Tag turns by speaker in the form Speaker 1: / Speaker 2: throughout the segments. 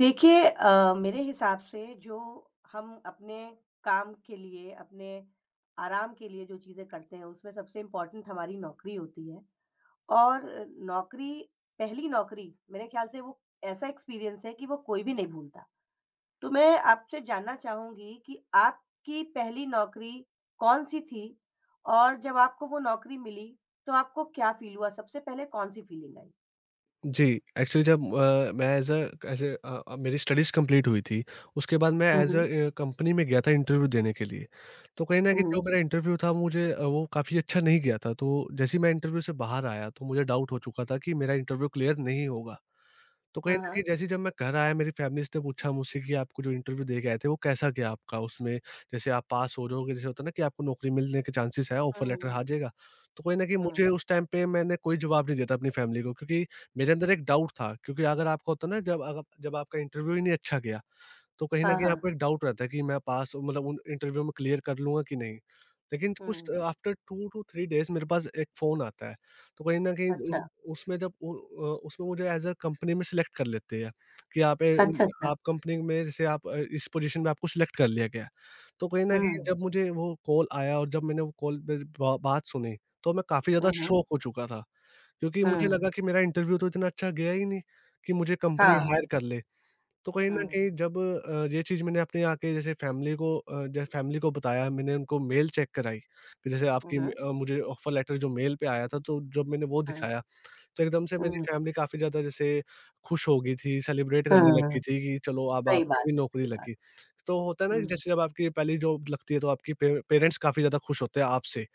Speaker 1: देखिए मेरे हिसाब से जो हम अपने काम के लिए, अपने आराम के लिए जो चीज़ें करते हैं, उसमें सबसे इम्पोर्टेंट हमारी नौकरी होती है और नौकरी पहली नौकरी मेरे ख़्याल से वो ऐसा एक्सपीरियंस है कि वो कोई भी नहीं भूलता। तो मैं आपसे जानना चाहूँगी कि आपकी पहली नौकरी कौन-सी थी? और जब आपको वो नौकरी मिली, तो आपको क्या फ़ील हुआ? सबसे पहले कौन-सी फ़ीलिंग आई?
Speaker 2: जी, एक्चुअली जब मैं एज़ अ अ अ, मेरी स्टडीज़ कंप्लीट हुई थी। उसके बाद मैं
Speaker 1: हुँ, हुँ।
Speaker 2: कंपनी में गया था इंटरव्यू देने के लिए। तो कहीं न
Speaker 1: हुँ,
Speaker 2: कहीं जो
Speaker 1: हुँ।
Speaker 2: मेरा इंटरव्यू था मुझे वो काफ़ी अच्छा नहीं गया था, तो जैसे ही मैं इंटरव्यू से बाहर आया, तो मुझे डाउट हो चुका था कि मेरा इंटरव्यू क्लियर नहीं होगा। तो कहीं न
Speaker 1: हाँ, हाँ।
Speaker 2: कहीं जैसे जब मैं घर आया, मेरी फैमिलीज़ ने पूछा मुझसे कि आपको जो इंटरव्यू दे के आए थे, वो कैसा गया आपका? उसमें जैसे आप पास हो जाओगे, जैसे होता है ना कि आपको नौकरी मिलने के चांसेस है,
Speaker 1: हुँ,
Speaker 2: ऑफर
Speaker 1: हुँ,
Speaker 2: लेटर आ
Speaker 1: हुँ।
Speaker 2: जाएगा। तो कहीं न कहीं
Speaker 1: हुँ।
Speaker 2: मुझे उस टाइम पे मैंने कोई जवाब नहीं दिया था अपनी फैमिली को, क्योंकि मेरे अंदर एक डाउट था, क्योंकि अगर आपको होता है ना जब आपका इंटरव्यू ही नहीं अच्छा गया, तो कहीं न
Speaker 1: हाँ,
Speaker 2: कहीं
Speaker 1: हाँ।
Speaker 2: आपको एक डाउट रहता है कि मैं पास, मतलब उन इंटरव्यू में क्लियर कर लूँगा कि नहीं? लेकिन कुछ
Speaker 1: हुँ,
Speaker 2: आफ्टर 2 टू 3 डेज़ मेरे पास एक फ़ोन आता है। तो कहीं न कहीं
Speaker 1: अच्छा।
Speaker 2: उस उसमें उसमें मुझे एज़ अ कंपनी में सिलेक्ट कर लेते हैं कि
Speaker 1: अच्छा, अच्छा।
Speaker 2: आप कंपनी में जैसे आप इस पोज़ीशन में आपको सिलेक्ट कर लिया गया है। तो कहीं न कहीं
Speaker 1: हुँ,
Speaker 2: जब मुझे वो कॉल आया और जब मैंने वो कॉल पे बा बात सुनी, तो मैं काफ़ी
Speaker 1: हुँ,
Speaker 2: ज़्यादा
Speaker 1: हुँ,
Speaker 2: शॉक हो चुका था, क्योंकि मुझे
Speaker 1: हुँ,
Speaker 2: लगा कि मेरा इंटरव्यू तो इतना अच्छा गया ही नहीं कि मुझे कंपनी
Speaker 1: हाँ,
Speaker 2: हायर कर ले। तो कहीं न
Speaker 1: हुँ,
Speaker 2: कहीं ये चीज़ मैंने अपनी आके जैसे फैमिली को बताया, मैंने उनको मेल चेक कराई कि जैसे
Speaker 1: हुँ, हुँ,
Speaker 2: मुझे ऑफ़र लेटर जो मेल पे आया था, तो जब मैंने वो
Speaker 1: हुँ,
Speaker 2: दिखाया, तो एकदम से मेरी फैमिली काफ़ी ज़्यादा जैसे खुश हो गई थी, सेलिब्रेट
Speaker 1: हुँ,
Speaker 2: करने लग गई
Speaker 1: हुँ,
Speaker 2: थी कि चलो, अब
Speaker 1: सही बात
Speaker 2: आपकी भी
Speaker 1: है,
Speaker 2: नौकरी
Speaker 1: सही बात।
Speaker 2: लगी। तो होता है ना कि
Speaker 1: हुँ,
Speaker 2: जैसे जब आपकी पहली जॉब लगती है, तो आपके पे पेरेंट्स काफ़ी ज़्यादा खुश होते हैं आपसे।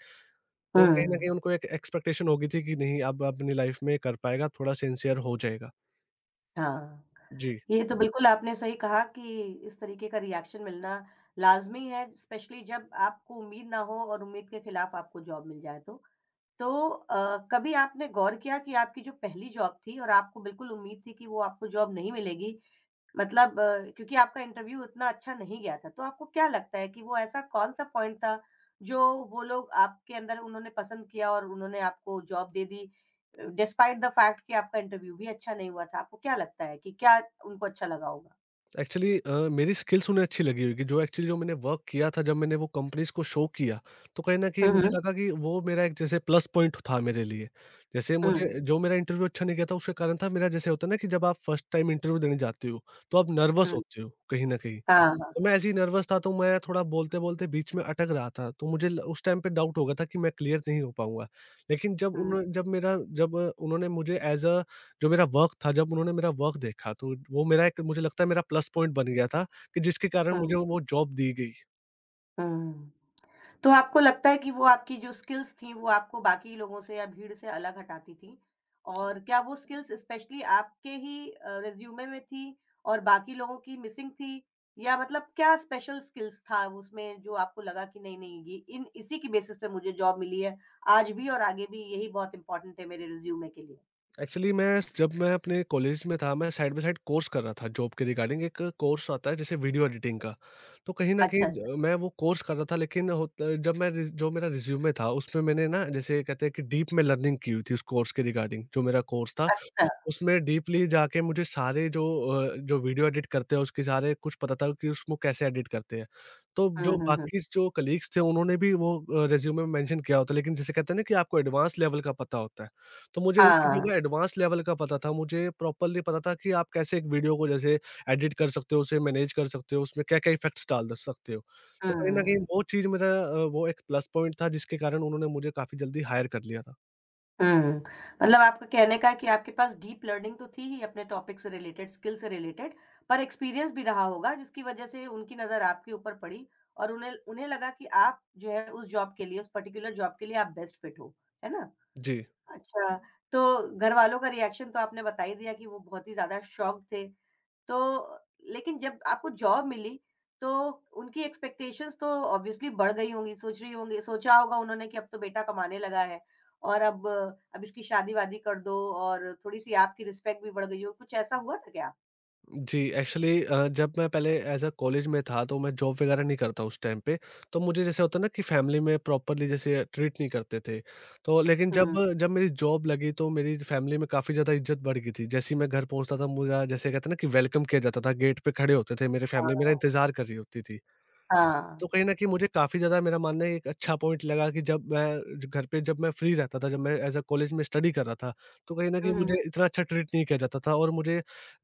Speaker 2: तो
Speaker 1: हुँ,
Speaker 2: कहीं न कहीं उनको एक एक्सपेक्टेशन हो गई थी कि नहीं, अब अपनी लाइफ़ में कर पाएगा, थोड़ा सिंसियर हो जाएगा।
Speaker 1: हाँ।
Speaker 2: जी।
Speaker 1: ये तो बिल्कुल आपने सही कहा कि इस तरीके का रिएक्शन मिलना लाज़मी है, स्पेशली जब आपको उम्मीद ना हो और उम्मीद के खिलाफ आपको जॉब मिल जाए तो। तो कभी आपने गौर किया कि आपकी जो पहली जॉब थी और आपको बिल्कुल उम्मीद थी कि वो आपको जॉब नहीं मिलेगी, मतलब क्योंकि आपका इंटरव्यू उतना अच्छा नहीं गया था, तो आपको क्या लगता है कि वो ऐसा कौन-सा पॉइंट था, जो वो लोग आपके अंदर उन्होंने पसंद किया और उन्होंने आपको जॉब दे दी डिस्पाइट द फैक्ट कि आपका इंटरव्यू भी अच्छा नहीं हुआ था? आपको क्या लगता है कि क्या उनको अच्छा लगा होगा?
Speaker 2: एक्चुअली मेरी स्किल्स उन्हें अच्छी लगी होगी, जो एक्चुअली जो मैंने वर्क किया था, जब मैंने वो कंपनीज़ को शो किया, तो कहीं न कहीं
Speaker 1: हुँ,
Speaker 2: मुझे
Speaker 1: हुँ।
Speaker 2: लगा कि वो मेरा एक जैसे प्लस पॉइंट था मेरे लिए। जैसे
Speaker 1: हुँ,
Speaker 2: मुझे जो मेरा इंटरव्यू अच्छा नहीं गया था, उसका कारण था मेरा जैसे, होता है ना, कि जब आप फर्स्ट टाइम इंटरव्यू देने जाते हो, तो आप नर्वस
Speaker 1: हुँ।
Speaker 2: होते हो कहीं न कहीं।
Speaker 1: हाँ, हाँ।
Speaker 2: तो मैं ऐसे ही नर्वस था, तो मैं थोड़ा बोलते-बोलते बीच में अटक रहा था, तो मुझे ल उस टाइम पे डाउट हो गया था कि मैं क्लियर नहीं हो पाऊँगा। लेकिन जब
Speaker 1: हुँ,
Speaker 2: उन्हों जब मेरा जब उन्होंने मुझे एज़ अ जो मेरा वर्क था, जब उन्होंने मेरा वर्क देखा, तो वो मेरा एक, मुझे लगता है, मेरा प्लस पॉइंट बन गया था, कि जिसके कारण मुझे
Speaker 1: हुँ,
Speaker 2: वो जॉब दी गई।
Speaker 1: हुँ। तो आपको लगता है कि वो आपकी जो स्किल्स थी, वो आपको बाकी लोगों से या भीड़ से अलग हटाती थी? और क्या वो स्किल्स स्पेशली आपके ही रिज़्यूमे में थी और बाकी लोगों की मिसिंग थी? या मतलब क्या स्पेशल स्किल्स था उसमें जो आपको लगा कि नहीं, नहीं ये इन इसी की बेसिस पे मुझे जॉब मिली है, आज भी और आगे भी यही बहुत इम्पोर्टेंट है मेरे रिज़्यूमे के लिए?
Speaker 2: एक्चुअली मैं जब मैं अपने कॉलेज में था, मैं साइड बाय साइड कोर्स कर रहा था। जॉब के रिगार्डिंग एक कोर्स आता है, जैसे वीडियो एडिटिंग का। तो कहीं न
Speaker 1: अच्छा,
Speaker 2: कहीं
Speaker 1: अच्छा,
Speaker 2: ज मैं वो कोर्स कर रहा था, लेकिन होता जब मैं रि जो मेरा रिज़्यूमे था, उसमें मैंने ना, जैसे कहते हैं कि डीप में लर्निंग की हुई थी, उस कोर्स के रिगार्डिंग जो मेरा कोर्स था,
Speaker 1: अच्छा।
Speaker 2: उसमें डीपली जाके मुझे सारे जो वीडियो एडिट करते हैं, उसके सारे कुछ पता था कि उसको कैसे एडिट करते हैं। तो
Speaker 1: हुँ,
Speaker 2: जो
Speaker 1: हुँ, हुँ।
Speaker 2: बाकी जो कलीग्स थे, उन्होंने भी रिज़्यूमे में मेंशन किया होता है, लेकिन जिसे कहते हैं ना कि आपको एडवांस लेवल का पता होता है। तो मुझे उनकी
Speaker 1: हाँ,
Speaker 2: जगह एडवांस लेवल का पता था, मुझे प्रॉपरली पता था कि आप कैसे एक वीडियो को जैसे एडिट कर सकते हो, उसे मैनेज कर सकते हो, उसमें क्या-क्या इफ़ेक्ट्स डाल द सकते हो। तो कहीं न कहीं
Speaker 1: हुँ।
Speaker 2: वो चीज़ मेरा वो एक प्लस पॉइंट था, जिसके कारण उन्होंने मुझे काफ़ी जल्दी हायर कर लिया था।
Speaker 1: हुँ। मतलब आपका कहने का है कि आपके पास डीप लर्निंग तो थी ही अपने टॉपिक से रिलेटेड, स्किल से रिलेटेड, पर एक्सपीरियंस भी रहा होगा जिसकी वज़ह से उनकी नज़र आपके ऊपर पड़ी और उन्हें उन्हें लगा कि आप जो है उस जॉब के लिए, उस पर्टिकुलर जॉब के लिए आप बेस्ट फिट हो। है ना?
Speaker 2: जी।
Speaker 1: अच्छा, तो घरवालों का रिएक्शन तो आपने बता ही दिया कि वो बहुत ही ज़्यादा शॉक्ड थे। तो लेकिन जब आपको जॉब मिली, तो उनकी एक्सपेक्टेशंस तो ऑब्वियसली बढ़ गई होंगी, सोच रही होंगी सोचा होगा उन्होंने कि अब तो बेटा कमाने लगा है और अब इसकी शादी-वादी कर दो और थोड़ी-सी आपकी रिस्पेक्ट भी बढ़ गई हो, कुछ ऐसा हुआ था क्या?
Speaker 2: जी, एक्चुअली जब मैं पहले एज़ अ कॉलेज में था, तो मैं जॉब वगैरह नहीं करता उस टाइम पे, तो मुझे जैसे होता है ना कि फैमिली में प्रॉपर्ली जैसे ट्रीट नहीं करते थे। तो लेकिन जब
Speaker 1: हुँ,
Speaker 2: जब मेरी जॉब लगी, तो मेरी फैमिली में काफ़ी ज़्यादा इज़्ज़त बढ़ गई थी। जैसे ही मैं घर पहुँचता था, मुझे जैसे कहते हैं ना कि वेलकम किया जाता था, गेट पे खड़े होते थे, मेरी फैमिली
Speaker 1: हाँ,
Speaker 2: मेरा इंतज़ार कर रही होती थी।
Speaker 1: हाँ।
Speaker 2: तो कहीं न कहीं मुझे काफ़ी ज़्यादा, मेरा मानना है, एक अच्छा पॉइंट लगा कि जब मैं घर पे, जब मैं फ्री रहता था, जब मैं एज़ अ कॉलेज में स्टडी कर रहा था, तो कहीं न
Speaker 1: हुँ,
Speaker 2: कहीं
Speaker 1: हुँ,
Speaker 2: मुझे इतना अच्छा ट्रीट नहीं किया जाता था, और मुझे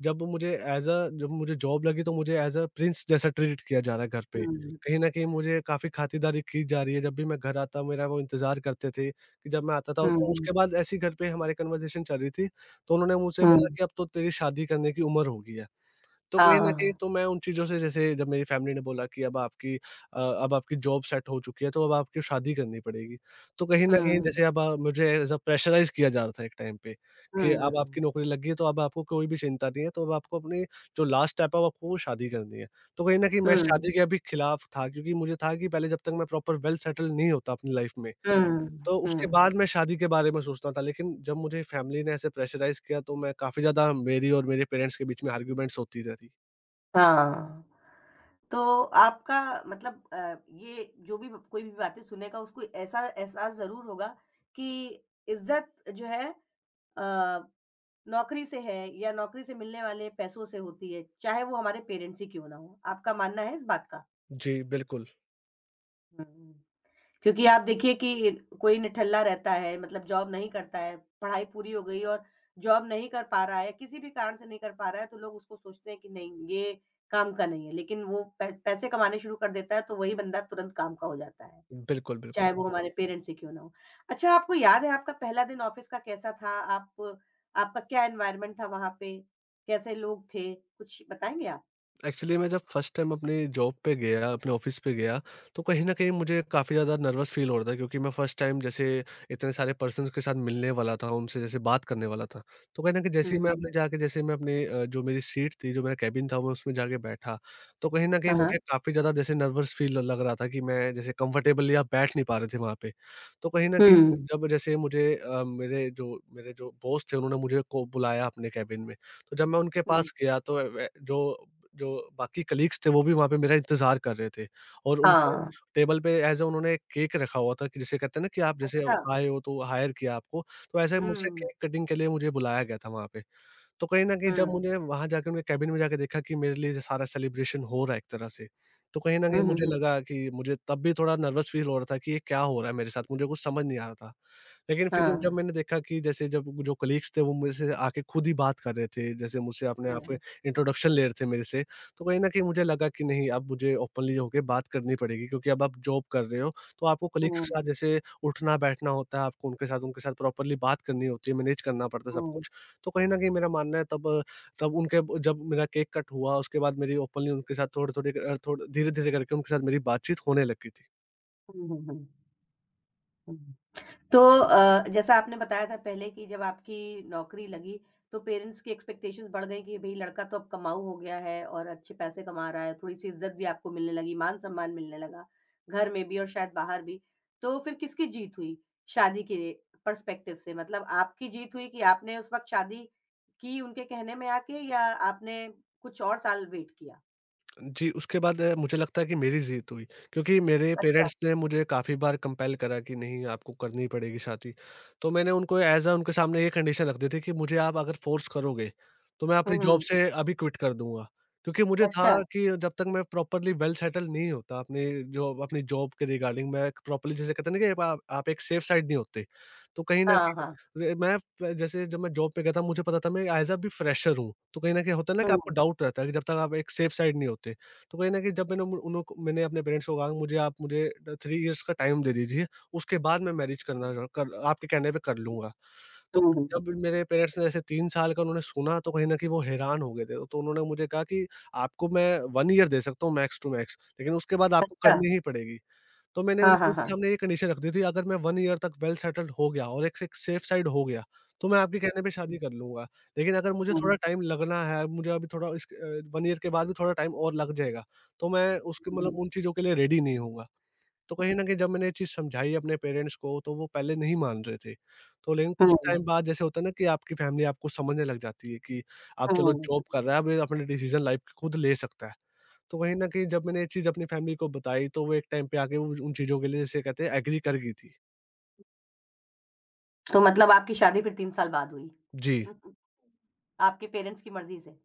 Speaker 2: जब मुझे एज़ अ जब मुझे जॉब लगी, तो मुझे एज़ अ प्रिंस जैसा ट्रीट किया जा रहा है घर पे।
Speaker 1: हुँ।
Speaker 2: कहीं न कहीं मुझे काफ़ी खातिरदारी की जा रही है, जब भी मैं घर आता, मेरा वो इंतज़ार करते थे कि जब मैं आता था,
Speaker 1: हुँ,
Speaker 2: तो
Speaker 1: हुँ,
Speaker 2: उसके बाद ऐसे ही घर पे हमारी कन्वर्सेशन चल रही थी, तो उन्होंने मुझसे बोला
Speaker 1: हुँ,
Speaker 2: कि अब तो तेरी शादी करने की उम्र हो गई है। तो कहीं न
Speaker 1: हाँ,
Speaker 2: कहीं मैं उन चीज़ों से जैसे, जब मेरी फैमिली ने बोला कि अब आपकी जॉब सेट हो चुकी है, तो अब आपको शादी करनी पड़ेगी। तो कहीं न कहीं
Speaker 1: हुँ,
Speaker 2: जैसे अब मुझे ऐज़ अ प्रेशराइज़ किया जा रहा था एक टाइम पे,
Speaker 1: हुँ,
Speaker 2: कि अब आपकी
Speaker 1: हुँ,
Speaker 2: नौकरी लग गई है, तो अब आपको कोई भी चिंता नहीं है, तो अब आपको अपनी, जो लास्ट स्टेप है, वो आपको, वो शादी करनी है। तो कहीं न कहीं मैं
Speaker 1: हुँ,
Speaker 2: शादी के अभी खिलाफ था, क्योंकि मुझे था कि पहले जब तक मैं प्रॉपर वेल सेटल नहीं होता अपनी लाइफ़ में,
Speaker 1: हुँ,
Speaker 2: तो उसके
Speaker 1: हुँ,
Speaker 2: बाद मैं शादी के बारे में सोचता था। लेकिन जब मुझे फैमिली ने ऐसे प्रेशराइज़ किया, तो मैं काफ़ी ज़्यादा, मेरी और मेरे पेरेंट्स के बीच में आर्गुमेंट्स होती रहती।
Speaker 1: हाँ। तो आपका मतलब ये जो भी कोई भी बातें सुनेगा उसको ऐसा एहसास ज़रूर होगा कि इज़्ज़त जो है अ, नौकरी से है या नौकरी से मिलने वाले पैसों से होती है, चाहे वो हमारे पेरेंट्स ही क्यों ना हों। आपका मानना है इस बात का?
Speaker 2: जी, बिल्कुल।
Speaker 1: हुँ। क्योंकि आप देखिए कि कोई निठल्ला रहता है मतलब जॉब नहीं करता है, पढ़ाई पूरी हो गई और जॉब नहीं कर पा रहा है, किसी भी कारण से नहीं कर पा रहा है तो लोग उसको सोचते हैं कि नहीं ये काम का नहीं है, लेकिन वो पै पैसे कमाने शुरू कर देता है तो वही बंदा तुरंत काम का हो जाता है,
Speaker 2: बिल्कुल, बिल्कुल।
Speaker 1: चाहे वो हमारे पेरेंट्स ही क्यों ना हो। अच्छा आपको याद है आपका पहला दिन ऑफ़िस का कैसा था? आप आपका क्या एनवायरनमेंट था वहाँ पे? कैसे लोग थे? कुछ बताएँगे आप?
Speaker 2: एक्चुअली मैं जब फर्स्ट टाइम अपनी जॉब पे गया, अपने ऑफ़िस पे गया, तो कहीं न कहीं मुझे काफ़ी ज़्यादा नर्वस फ़ील हो रहा था, क्योंकि मैं फर्स्ट टाइम जैसे इतने सारे पर्सन्स के साथ मिलने वाला था, उनसे जैसे बात करने वाला था। तो कहीं न कहीं
Speaker 1: हुँ,
Speaker 2: जैसे ही मैं
Speaker 1: हुँ।
Speaker 2: अपने जाके जैसे मैं अपनी अ, जो मेरी सीट थी, जो मेरा केबिन था, मैं उसमें जाके बैठा, तो कहीं न कहीं
Speaker 1: हाँ, हाँ।
Speaker 2: मुझे काफ़ी ज़्यादा जैसे नर्वस फ़ील लग रहा था कि मैं जैसे कंफर्टेबली आप बैठ नहीं पा रहे थे वहाँ पे। तो कहीं न कहीं
Speaker 1: हुँ,
Speaker 2: जब जैसे मेरे जो बॉस थे, उन्होंने मुझे को बुलाया अपने केबिन में। तो जब मैं उनके
Speaker 1: हुँ।
Speaker 2: पास गया, तो वे जो जो बाकी कलीग्स थे, वो भी वहाँ पे मेरा इंतज़ार कर रहे थे, और उनके
Speaker 1: हाँ,
Speaker 2: टेबल पे ऐज़ अ उन्होंने एक केक रखा हुआ था, कि जिसे कहते हैं ना कि आप जैसे
Speaker 1: अच्छा।
Speaker 2: आए हो तो हायर किया आपको, तो ऐसे
Speaker 1: हुँ,
Speaker 2: मुझसे
Speaker 1: हुँ।
Speaker 2: केक कटिंग के लिए मुझे बुलाया गया था वहाँ पे। तो कहीं न कहीं जब मुझे वहाँ जाके उनके केबिन में जाके देखा कि मेरे लिए ये सारा सेलिब्रेशन हो रहा है एक तरह से, तो कहीं न
Speaker 1: हुँ,
Speaker 2: कहीं
Speaker 1: हुँ,
Speaker 2: मुझे
Speaker 1: हुँ।
Speaker 2: लगा कि मुझे तब भी थोड़ा नर्वस फ़ील हो रहा था कि ये क्या हो रहा है मेरे साथ? मुझे कुछ समझ नहीं आ रहा था। लेकिन
Speaker 1: हाँ,
Speaker 2: फिर जब
Speaker 1: हाँ,
Speaker 2: मैंने देखा कि जैसे जब जो कलीग्स थे वो मुझसे आके खुद ही बात कर रहे थे, जैसे मुझसे अपने
Speaker 1: हाँ,
Speaker 2: आप
Speaker 1: हाँ।
Speaker 2: इंट्रोडक्शन ले रहे थे मेरे से, तो कहीं न कहीं मुझे लगा कि नहीं अब मुझे ओपनली होके बात करनी पड़ेगी, क्योंकि अब आप जॉब कर रहे हो, तो आपको कलीग्स
Speaker 1: हुँ,
Speaker 2: के साथ जैसे उठना-बैठना होता है, आपको उनके साथ प्रॉपर्ली बात करनी होती है, मैनेज करना पड़ता है सब कुछ। तो कहीं न कहीं मेरा मानना है, तब तब उनके ब जब मेरा केक कट हुआ, उसके बाद मेरी ओपनली उनके साथ थोड़ी-थोड़ी अ, थोड़ धीरे-धीरे करके उनके साथ मेरी बातचीत होने लग गई थी।
Speaker 1: हुँ, हुँ, हुँ। तो जैसा आपने बताया था पहले कि जब आपकी नौकरी लगी, तो पेरेंट्स की एक्सपेक्टेशंस बढ़ गई कि भई लड़का तो अब कमाऊ हो गया है और अच्छे पैसे कमा रहा है, थोड़ी-सी इज़्ज़त भी आपको मिलने लगी, मान-सम्मान मिलने लगा, घर में भी और शायद बाहर भी। तो फिर किसकी जीत हुई शादी के पर्सपेक्टिव से? मतलब आपकी जीत हुई कि आपने उस वक़्त शादी की उनके कहने में आके या आपने कुछ और साल वेट किया?
Speaker 2: जी, उसके बाद मुझे लगता है कि मेरी जीत हुई, क्योंकि मेरे
Speaker 1: अच्छा।
Speaker 2: पेरेंट्स ने मुझे काफ़ी बार कंपेल करा कि नहीं आपको करनी ही पड़ेगी शादी। तो मैंने उनको ऐज़ अ उनके सामने ये कंडीशन रख दी थी कि मुझे आप अगर फ़ोर्स करोगे, तो मैं
Speaker 1: हुँ,
Speaker 2: अपनी जॉब
Speaker 1: हुँ।
Speaker 2: से अभी क्विट कर दूँगा। क्योंकि मुझे था
Speaker 1: अच्छा।
Speaker 2: कि जब तक मैं प्रॉपर्ली वेल सेटल नहीं होता अपने जो अपनी जॉब के रिगार्डिंग मैं प्रॉपर्ली, जिसे कहते हैं ना कि आप एक सेफ साइड नहीं होते। तो कहीं न
Speaker 1: हाँ,
Speaker 2: कहीं
Speaker 1: हाँ।
Speaker 2: रे मैं प जैसे जब मैं जॉब पे गया था, मुझे पता था मैं ऐज़ अ अभी फ्रेशर हूँ। तो कहीं न कहीं होता है ना कि
Speaker 1: हुँ,
Speaker 2: आपको डाउट रहता है, कि जब तक आप एक सेफ साइड नहीं होते। तो कहीं न कहीं जब मैंने उन उन्हों को मैंने अपने पेरेंट्स को कहा, मुझे ड 3 इयर्स का टाइम दे दीजिए, उसके बाद मैं मैरिज करना र कर आपके कहने पे कर लूँगा। तो
Speaker 1: हुँ, हुँ,
Speaker 2: जब
Speaker 1: हुँ।
Speaker 2: मेरे पेरेंट्स ने ऐसे 3 साल का उन्होंने सुना, तो कहीं न कहीं वो हैरान हो गए थे। तो उन्होंने मुझे कहा कि आपको मैं 1 ईयर दे सकता हूँ मैक्स टू मैक्स, लेकिन उसके बाद आपको
Speaker 1: अच्छा,
Speaker 2: करनी ही पड़ेगी। तो मैंने
Speaker 1: हाँ,
Speaker 2: उनको
Speaker 1: हाँ, हाँ।
Speaker 2: उनके सामने ये कंडीशन रख दी थी, अगर मैं 1 ईयर तक वेल सेटल्ड हो गया और एक एक सेफ साइड हो गया, तो मैं आपके
Speaker 1: हुँ,
Speaker 2: कहने पे शादी कर लूँगा। लेकिन अगर मुझे
Speaker 1: हुँ,
Speaker 2: थोड़ा
Speaker 1: हुँ,
Speaker 2: टाइम लगना है, मुझे अभी थोड़ा 1 ईयर के बाद भी थोड़ा टाइम और लग जाएगा, तो मैं उसके मतलब उन चीज़ों के लिए रेडी नहीं हूँगा। तो कहीं न कहीं जब मैंने ये चीज़ समझाई अपने पेरेंट्स को, तो वो पहले नहीं मान रहे थे। तो लेकिन कुछ टाइम
Speaker 1: हुँ,
Speaker 2: बाद जैसे होता है ना कि आपकी फैमिली आपको समझने लग जाती है कि अब
Speaker 1: हुँ,
Speaker 2: चलो
Speaker 1: हुँ।
Speaker 2: जॉब कर रहा है, अब ये अपने डिसीज़न लाइफ़ के खुद ले सकता है। तो कहीं न कहीं जब मैंने ये चीज़ अपनी फैमिली को बताई, तो वो एक टाइम पे आके वो उन चीज़ों के लिए, जैसे कहते हैं, एग्री कर गई थी।
Speaker 1: तो मतलब आपकी शादी फिर 3 साल बाद हुई।
Speaker 2: जी।
Speaker 1: आपके पेरेंट्स की मर्ज़ी से।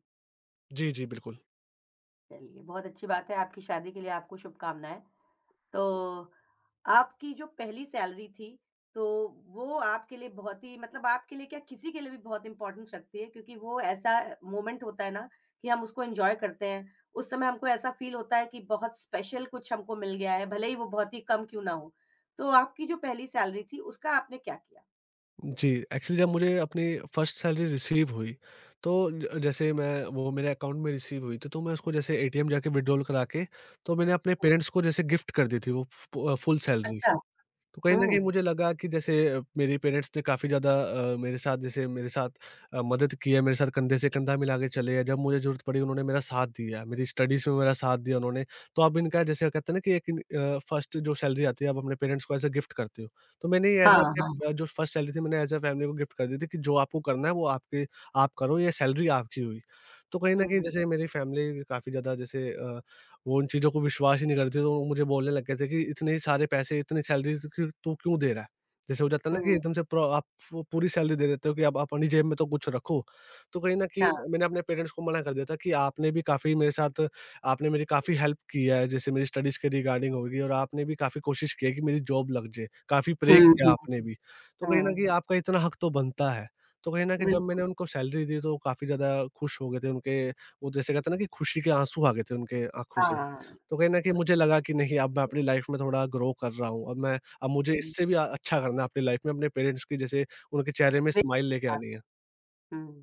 Speaker 2: जी, जी, बिल्कुल।
Speaker 1: चलिए, बहुत अच्छी बात है, आपकी शादी के लिए आपको शुभकामनाएँ। तो आपकी जो पहली सैलरी थी, तो वो आपके लिए बहुत ही मतलब आपके लिए क्या किसी के लिए भी बहुत इम्पोर्टेंट रखती है क्योंकि वो ऐसा मोमेंट होता है ना कि हम उसको एन्जॉय करते हैं। उस समय हमको ऐसा फ़ील होता है कि बहुत स्पेशल कुछ हमको मिल गया है, भले ही वो बहुत ही कम क्यों ना हो। तो आपकी जो पहली सैलरी थी, उसका आपने क्या किया?
Speaker 2: जी, एक्चुअली जब मुझे अपनी फर्स्ट सैलरी रिसीव हुई, तो ज जैसे मैं वो मेरे अकाउंट में रिसीव हुई थी, तो मैं उसको जैसे एटीएम जाके विथड्रॉल करा के, तो मैंने अपने पेरेंट्स को जैसे गिफ्ट कर दी थी, वो फुल सैलरी।
Speaker 1: अच्छा,
Speaker 2: तो कहीं न कहीं
Speaker 1: हुँ।
Speaker 2: मुझे लगा कि मेरे पेरेंट्स ने काफ़ी ज़्यादा, मेरे साथ जैसे मेरे साथ अ, मदद की है, मेरे साथ कंधे से कंधा मिला के चले हैं, जब मुझे ज़रूरत पड़ी उन्होंने मेरा साथ दिया, मेरी स्टडीज़ में मेरा साथ दिया उन्होंने। तो अब इनका, जैसे कहते हैं ना कि फर्स्ट जो सैलरी आती है आप अपने पेरेंट्स को एज़ अ गिफ्ट करते हो। तो मैंने ये
Speaker 1: हाँ,
Speaker 2: एज़ अ
Speaker 1: हाँ।
Speaker 2: अपने अ, जो फर्स्ट सैलरी थी मैंने एज़ अ फैमिली को गिफ्ट कर दी थी, कि जो आपको करना है वो आपके आप करो, ये सैलरी आपकी हुई। तो कहीं
Speaker 1: हुँ,
Speaker 2: न कहीं
Speaker 1: हुँ,
Speaker 2: जैसे मेरी फैमिली काफ़ी ज़्यादा जैसे अ वो उन चीज़ों को विश्वास ही नहीं करती, तो वो मुझे बोलने लग गए थे कि इतने सारे पैसे, इतनी सैलरी तू क्यों दे रहा है? जैसे हो जाता है ना कि
Speaker 1: हुँ,
Speaker 2: एकदम से पूरा आप फ पूरी सैलरी दे देते हो, कि अब अपनी जेब में तो कुछ रखो। तो कहीं न कहीं
Speaker 1: हाँ।
Speaker 2: मैंने अपने पेरेंट्स को मना कर दिया था कि आपने भी काफ़ी मेरे साथ आपने मेरी काफ़ी हेल्प की है, जैसे मेरी स्टडीज़ के रिगार्डिंग होगी, और आपने भी काफ़ी कोशिश की है कि मेरी जॉब लग जाए, काफ़ी
Speaker 1: हुँ,
Speaker 2: प्रे किया
Speaker 1: हुँ,
Speaker 2: आपने भी। तो कहीं न कहीं
Speaker 1: हुँ।
Speaker 2: आपका इतना हक तो बनता है। तो कहीं न कहीं जब
Speaker 1: बिल्कुल।
Speaker 2: मैंने उनको सैलरी दी, तो वो काफ़ी ज़्यादा खुश हो गए थे, उनके वो जैसे कहते हैं ना कि खुशी के आँसू आ गए थे उनके आँखों
Speaker 1: हाँ,
Speaker 2: से। तो कहीं न कहीं
Speaker 1: हाँ,
Speaker 2: मुझे लगा कि नहीं अब मैं अपनी लाइफ़ में थोड़ा ग्रो कर रहा हूँ। अब मुझे
Speaker 1: हुँ।
Speaker 2: इससे भी अच्छा करना है अपनी लाइफ़ में, अपने पेरेंट्स की जैसे उनके चेहरे में स्माइल लेके आनी है।
Speaker 1: हुँ।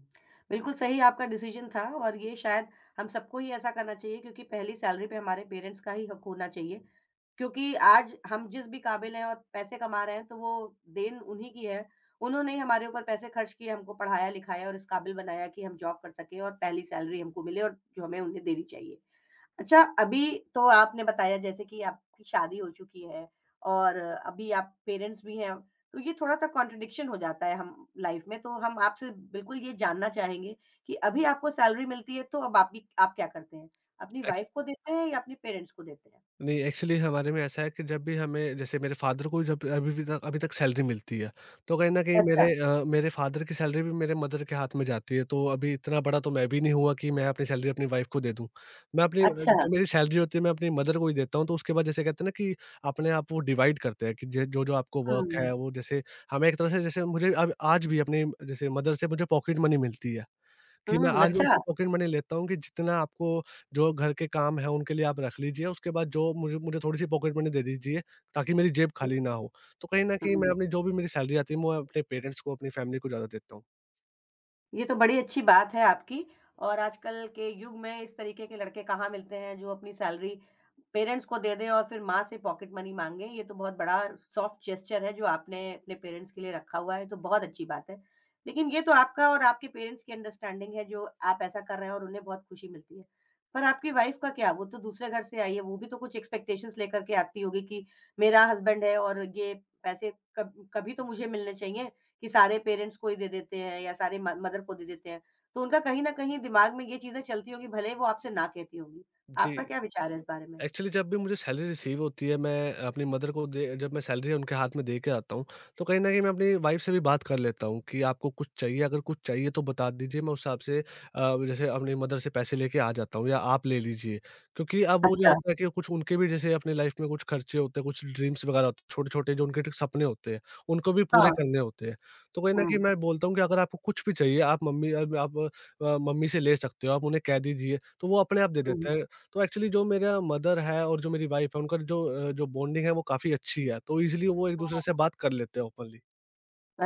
Speaker 1: बिल्कुल सही आपका डिसीज़न था और ये शायद हम सबको ही ऐसा करना चाहिए क्योंकि पहली सैलरी पे हमारे पेरेंट्स का ही हक होना चाहिए। क्योंकि आज हम जिस भी काबिल हैं और पैसे कमा रहे हैं तो वो देन उन्हीं की है। उन्होंने ही हमारे ऊपर पैसे खर्च किए, हमको पढ़ाया-लिखाया और इस काबिल बनाया कि हम जॉब कर सकें और पहली सैलरी हमको मिले और जो हमें उन्हें देनी चाहिए। अच्छा, अभी तो आपने बताया जैसे कि आपकी शादी हो चुकी है और अभी आप पेरेंट्स भी हैं, तो ये थोड़ा-सा कॉन्ट्रडिक्शन हो जाता है हम लाइफ में, तो हम आपसे बिल्कुल ये जानना चाहेंगे कि अभी आपको सैलरी मिलती है, तो अब आप क्या करते हैं? अपनी वाइफ को देते हैं या अपने पेरेंट्स को देते हैं?
Speaker 2: नहीं, एक्चुअली हमारे में ऐसा है कि जब भी हमें जैसे मेरे फ़ादर को जब अभी तक सैलरी मिलती है, तो कहीं न कहीं
Speaker 1: अच्छा,
Speaker 2: मेरे फ़ादर की सैलरी भी मेरे मदर के हाथ में जाती है। तो अभी इतना बड़ा तो मैं भी नहीं हुआ कि मैं अपनी सैलरी अपनी वाइफ़ को दे दूँ। मैं अपनी
Speaker 1: अच्छा।
Speaker 2: जो मेरी सैलरी होती है मैं अपनी मदर को ही देता हूँ। तो उसके बाद, जैसे कहते हैं ना कि अपने आप वो डिवाइड करते हैं कि जे जो-जो आपको वर्क
Speaker 1: हुँ,
Speaker 2: है वो, जैसे हमें एक तरह से, जैसे मुझे अब आज भी अपनी जैसे मदर से मुझे पॉकेट मनी मिलती है। कि मैं
Speaker 1: हुँ,
Speaker 2: आज
Speaker 1: अच्छा।
Speaker 2: उनसे पॉकेट मनी लेता हूँ कि जितना आपको जो घर के काम है उनके लिए आप रख लीजिए, उसके बाद जो मुझे मुझे थोड़ी-सी पॉकेट मनी दे दीजिए, ताकि मेरी जेब
Speaker 1: हुँ,
Speaker 2: खाली ना हो। तो कहीं न कहीं मैं
Speaker 1: हुँ।
Speaker 2: अपनी जो भी मेरी सैलरी आती है, मैं अपने पेरेंट्स को, अपनी फैमिली को ज़्यादा देता हूँ।
Speaker 1: ये तो बड़ी अच्छी बात है आपकी और आजकल के युग में इस तरीके के लड़के कहाँ मिलते हैं जो अपनी सैलरी पेरेंट्स को दे दें और फिर माँ से पॉकेट मनी माँगे। ये तो बहुत बड़ा सॉफ्ट जेस्चर है जो आपने अपने पेरेंट्स के लिए रखा हुआ है, तो बहुत अच्छी बात है। लेकिन ये तो आपका और आपके पेरेंट्स की अंडरस्टैंडिंग है जो आप ऐसा कर रहे हैं और उन्हें बहुत खुशी मिलती है। पर आपकी वाइफ़ का क्या? वो तो दूसरे घर से आई है, वो भी तो कुछ एक्सपेक्टेशंस लेकर के आती होगी कि मेरा हस्बैंड है और ये पैसे कब कभी तो मुझे मिलने चाहिए। कि सारे पेरेंट्स को ही दे देते हैं या सारे म मदर को दे देते हैं। तो उनका कहीं न कहीं दिमाग में ये चीज़ें चलती होंगी, भले ही वो आपसे ना कहती होंगी।
Speaker 2: जी।
Speaker 1: आपका क्या विचार है इस बारे में?
Speaker 2: एक्चुअली जब भी मुझे सैलरी रिसीव होती है, मैं अपनी मदर को दे जब मैं सैलरी उनके हाथ में दे के आता हूँ, तो कहीं ना कहीं मैं अपनी वाइफ से भी बात कर लेता हूँ, कि आपको कुछ चाहिए अगर कुछ चाहिए तो बता दीजिए, मैं उस हिसाब से जैसे अपनी मदर से पैसे लेके आ जाता हूँ, या आप ले लीजिए। क्योंकि अब मुझे
Speaker 1: अच्छा।
Speaker 2: होता है कि कुछ उनके भी जैसे अपनी लाइफ में कुछ खर्चे होते हैं, कुछ ड्रीम्स वगैरह होते हैं, छोटे छोटे जो उनके सपने होते हैं, उनको भी
Speaker 1: हाँ।
Speaker 2: पूरे करने होते हैं। तो कहीं ना कहीं
Speaker 1: हुँ।
Speaker 2: मैं बोलता हूँ कि अगर आपको कुछ भी चाहिए आप मम्मी आप, अ, मम्मी से ले सकते हो, आप उन्हें कह दीजिए तो वो अपने आप दे
Speaker 1: हुँ,
Speaker 2: देते हैं। तो एक्चुअली जो मेरा मदर है और जो मेरी वाइफ़ है, उनका जो बॉन्डिंग है वो काफ़ी अच्छी है, तो इज़िली वो एक-दूसरे से
Speaker 1: हुँ।
Speaker 2: बात कर लेते हैं ओपनली।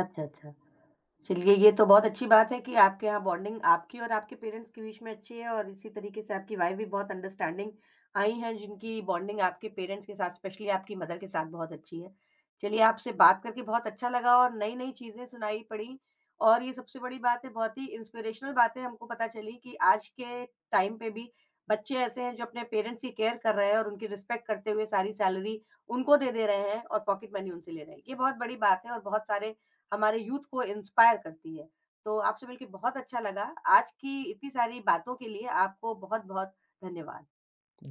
Speaker 1: अच्छा, अच्छा। चलिए ये तो बहुत अच्छी बात है कि आपके यहाँ बॉन्डिंग आपकी और आपके पेरेंट्स के बीच में अच्छी है और इसी तरीके से आपकी वाइफ़ भी बहुत अंडरस्टैंडिंग आई हैं जिनकी बॉन्डिंग आपके पेरेंट्स के साथ स्पेशली आपकी मदर के साथ बहुत अच्छी है। चलिए आपसे बात करके बहुत अच्छा लगा और नई-नई चीज़ें सुनाई पड़ी और ये सबसे बड़ी बात है बहुत ही इंस्पिरेशनल बातें हमको पता चली कि आज के टाइम पे भी बच्चे ऐसे हैं जो अपने पेरेंट्स की केयर कर रहे हैं और उनकी रिस्पेक्ट करते हुए सारी सैलरी उनको दे दे रहे हैं और पॉकेट मनी उनसे ले रहे हैं। ये बहुत बड़ी बात है और बहुत सारे हमारे यूथ को इंस्पायर करती है। तो आपसे मिलके बहुत अच्छा लगा। आज की इतनी सारी बातों के लिए आपको बहुत-बहुत धन्यवाद।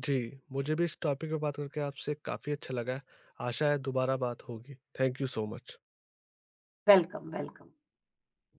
Speaker 2: जी, मुझे भी इस टॉपिक पे बात करके आपसे काफ़ी अच्छा लगा है। आशा है दोबारा बात होगी। Thank you so much.
Speaker 1: Welcome, welcome.